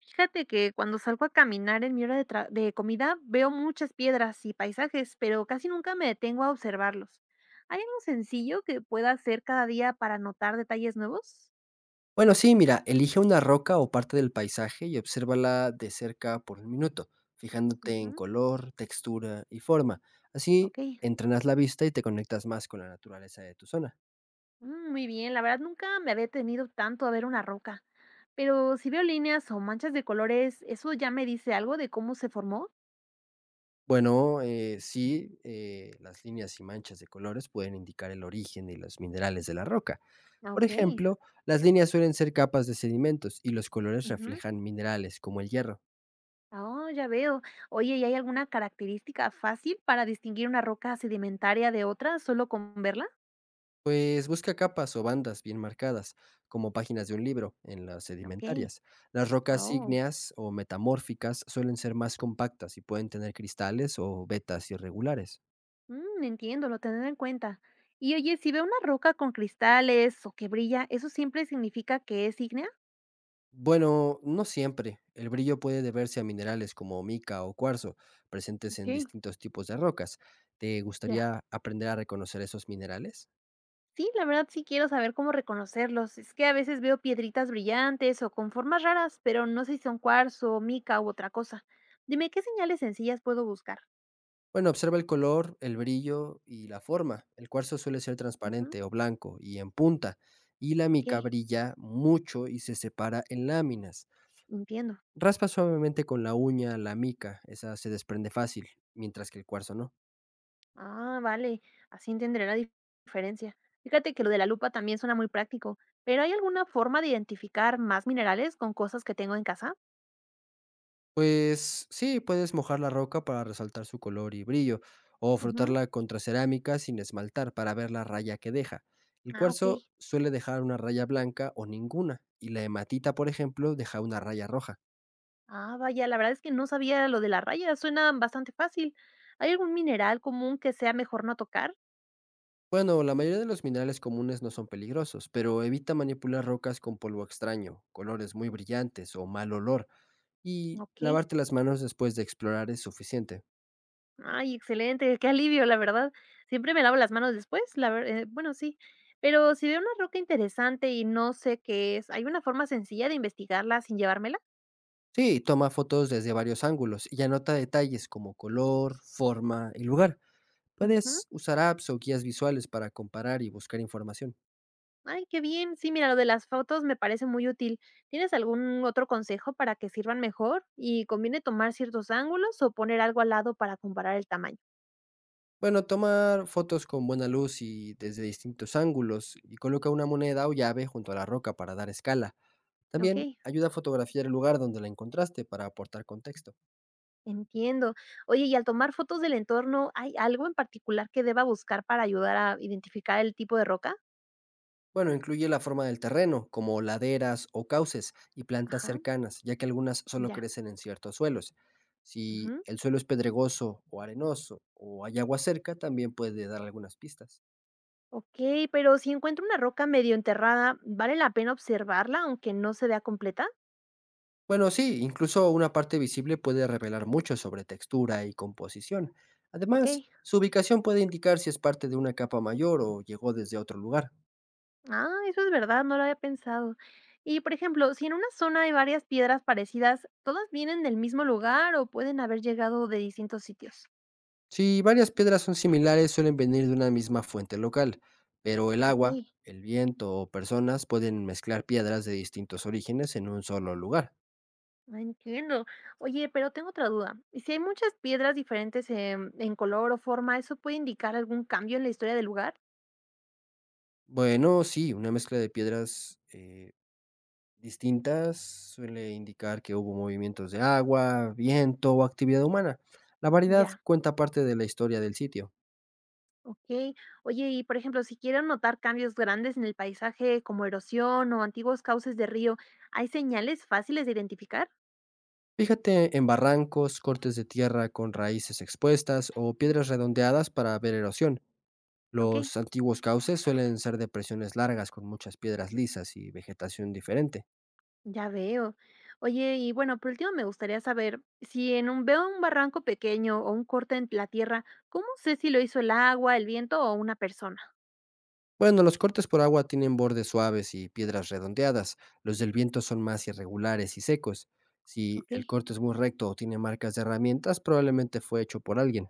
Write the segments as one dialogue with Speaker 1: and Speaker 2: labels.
Speaker 1: Fíjate que cuando salgo a caminar en mi hora de, de comida veo muchas piedras y paisajes, pero casi nunca me detengo a observarlos. ¿Hay algo sencillo que pueda hacer cada día para notar detalles nuevos?
Speaker 2: Bueno, sí, mira, elige una roca o parte del paisaje y obsérvala de cerca por un minuto, fijándote en
Speaker 1: Ujú.
Speaker 2: color, textura y forma. Así
Speaker 1: Ok.
Speaker 2: entrenas la vista y te conectas más con la naturaleza de tu zona.
Speaker 1: Muy bien, la verdad nunca me había detenido tanto a ver una roca, pero si veo líneas o manchas de colores, ¿eso ya me dice algo de cómo se formó?
Speaker 2: Bueno, sí, las líneas y manchas de colores pueden indicar el origen y los minerales de la roca. Por
Speaker 1: Ok,
Speaker 2: ejemplo, las líneas suelen ser capas de sedimentos y los colores
Speaker 1: ujú.
Speaker 2: reflejan minerales como el hierro.
Speaker 1: Oh, ya veo. Oye, ¿y hay alguna característica fácil para distinguir una roca sedimentaria de otra solo con verla?
Speaker 2: Pues busca capas o bandas bien marcadas, como páginas de un libro, en las
Speaker 1: Okey.
Speaker 2: sedimentarias. Las rocas
Speaker 1: Oh,
Speaker 2: ígneas o metamórficas suelen ser más compactas y pueden tener cristales o vetas irregulares.
Speaker 1: entiendo, lo tendré en cuenta. Y oye, si veo una roca con cristales o que brilla, ¿eso siempre significa que es ígnea?
Speaker 2: Bueno, no siempre. El brillo puede deberse a minerales como mica o cuarzo, presentes en
Speaker 1: Okey,
Speaker 2: distintos tipos de rocas. ¿Te
Speaker 1: ya.
Speaker 2: gustaría aprender a reconocer esos minerales?
Speaker 1: Sí, la verdad sí quiero saber cómo reconocerlos. Es que a veces veo piedritas brillantes o con formas raras, pero no sé si son cuarzo, mica u otra cosa. Dime, ¿qué señales sencillas puedo buscar?
Speaker 2: Bueno, observa el color, el brillo y la forma. El cuarzo suele ser
Speaker 1: Ujú,
Speaker 2: transparente o blanco y en punta, y la mica
Speaker 1: okey,
Speaker 2: brilla mucho y se separa en láminas.
Speaker 1: entiendo.
Speaker 2: Raspa suavemente con la uña la mica, esa se desprende fácil, mientras que el cuarzo no.
Speaker 1: Ah, vale, así entenderé la diferencia. Fíjate que lo de la lupa también suena muy práctico, pero ¿hay alguna forma de identificar más minerales con cosas que tengo en casa?
Speaker 2: Pues sí, puedes mojar la roca para resaltar su color y brillo, o
Speaker 1: Ujú.
Speaker 2: frotarla contra cerámica sin esmaltar para ver la raya que deja. El
Speaker 1: Ah, ok.
Speaker 2: cuarzo suele dejar una raya blanca o ninguna, y la hematita, por ejemplo, deja una raya roja.
Speaker 1: Ah, vaya, la verdad es que no sabía lo de la raya, suena bastante fácil. ¿Hay algún mineral común que sea mejor no tocar?
Speaker 2: Bueno, la mayoría de los minerales comunes no son peligrosos, pero evita manipular rocas con polvo extraño, colores muy brillantes o mal olor, y
Speaker 1: Ok.
Speaker 2: lavarte las manos después de explorar es suficiente.
Speaker 1: Ay, excelente, qué alivio, la verdad. Siempre me lavo las manos después, la bueno, sí. Pero si veo una roca interesante y no sé qué es, ¿hay una forma sencilla de investigarla sin llevármela?
Speaker 2: Sí, toma fotos desde varios ángulos y anota detalles como color, forma y lugar. Puedes usar apps o guías visuales para comparar y buscar información.
Speaker 1: Ay, qué bien. Sí, mira, lo de las fotos me parece muy útil. ¿Tienes algún otro consejo para que sirvan mejor? ¿Y conviene tomar ciertos ángulos o poner algo al lado para comparar el tamaño?
Speaker 2: Bueno, tomar fotos con buena luz y desde distintos ángulos y coloca una moneda o llave junto a la roca para dar escala.
Speaker 1: Ok,
Speaker 2: También ayuda a fotografiar el lugar donde la encontraste para aportar contexto.
Speaker 1: entiendo. Oye, ¿y al tomar fotos del entorno, hay algo en particular que deba buscar para ayudar a identificar el tipo de roca?
Speaker 2: Bueno, incluye la forma del terreno, como laderas o cauces y plantas
Speaker 1: Ajá,
Speaker 2: cercanas, ya que algunas solo
Speaker 1: ya.
Speaker 2: crecen en ciertos suelos. Si
Speaker 1: Ujú.
Speaker 2: el suelo es pedregoso o arenoso o hay agua cerca, también puede dar algunas pistas.
Speaker 1: Ok, pero si encuentro una roca medio enterrada, ¿vale la pena observarla aunque no se vea completa?
Speaker 2: Bueno, sí, incluso una parte visible puede revelar mucho sobre textura y composición.
Speaker 1: Ok.
Speaker 2: Además, su ubicación puede indicar si es parte de una capa mayor o llegó desde otro lugar.
Speaker 1: Ah, eso es verdad, no lo había pensado. Y, por ejemplo, si en una zona hay varias piedras parecidas, ¿todas vienen del mismo lugar o pueden haber llegado de distintos sitios?
Speaker 2: Si varias piedras son similares, suelen venir de una misma fuente local, pero el
Speaker 1: Ok,
Speaker 2: agua, el viento o personas pueden mezclar piedras de distintos orígenes en un solo lugar.
Speaker 1: ah, entiendo. Oye, pero tengo otra duda. ¿Y si hay muchas piedras diferentes en color o forma, eso puede indicar algún cambio en la historia del lugar?
Speaker 2: Bueno, sí, una mezcla de piedras distintas suele indicar que hubo movimientos de agua, viento o actividad humana. La variedad
Speaker 1: Ya,
Speaker 2: cuenta parte de la historia del sitio.
Speaker 1: ok. Oye, y por ejemplo, si quiero notar cambios grandes en el paisaje, como erosión o antiguos cauces de río, ¿hay señales fáciles de identificar?
Speaker 2: Fíjate en barrancos, cortes de tierra con raíces expuestas o piedras redondeadas para ver erosión.
Speaker 1: Ok.
Speaker 2: Los antiguos cauces suelen ser depresiones largas con muchas piedras lisas y vegetación diferente.
Speaker 1: Ya veo. Oye, y bueno, por último me gustaría saber si en un veo un barranco pequeño o un corte en la tierra, ¿cómo sé si lo hizo el agua, el viento o una persona?
Speaker 2: Bueno, los cortes por agua tienen bordes suaves y piedras redondeadas. Los del viento son más irregulares y secos. Si
Speaker 1: Ok,
Speaker 2: el corte es muy recto o tiene marcas de herramientas, probablemente fue hecho por alguien.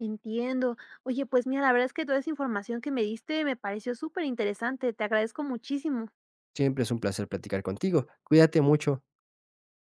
Speaker 1: entiendo. Oye, pues mira, la verdad es que toda esa información que me diste me pareció súper interesante. Te agradezco muchísimo.
Speaker 2: Siempre es un placer platicar contigo. Cuídate mucho.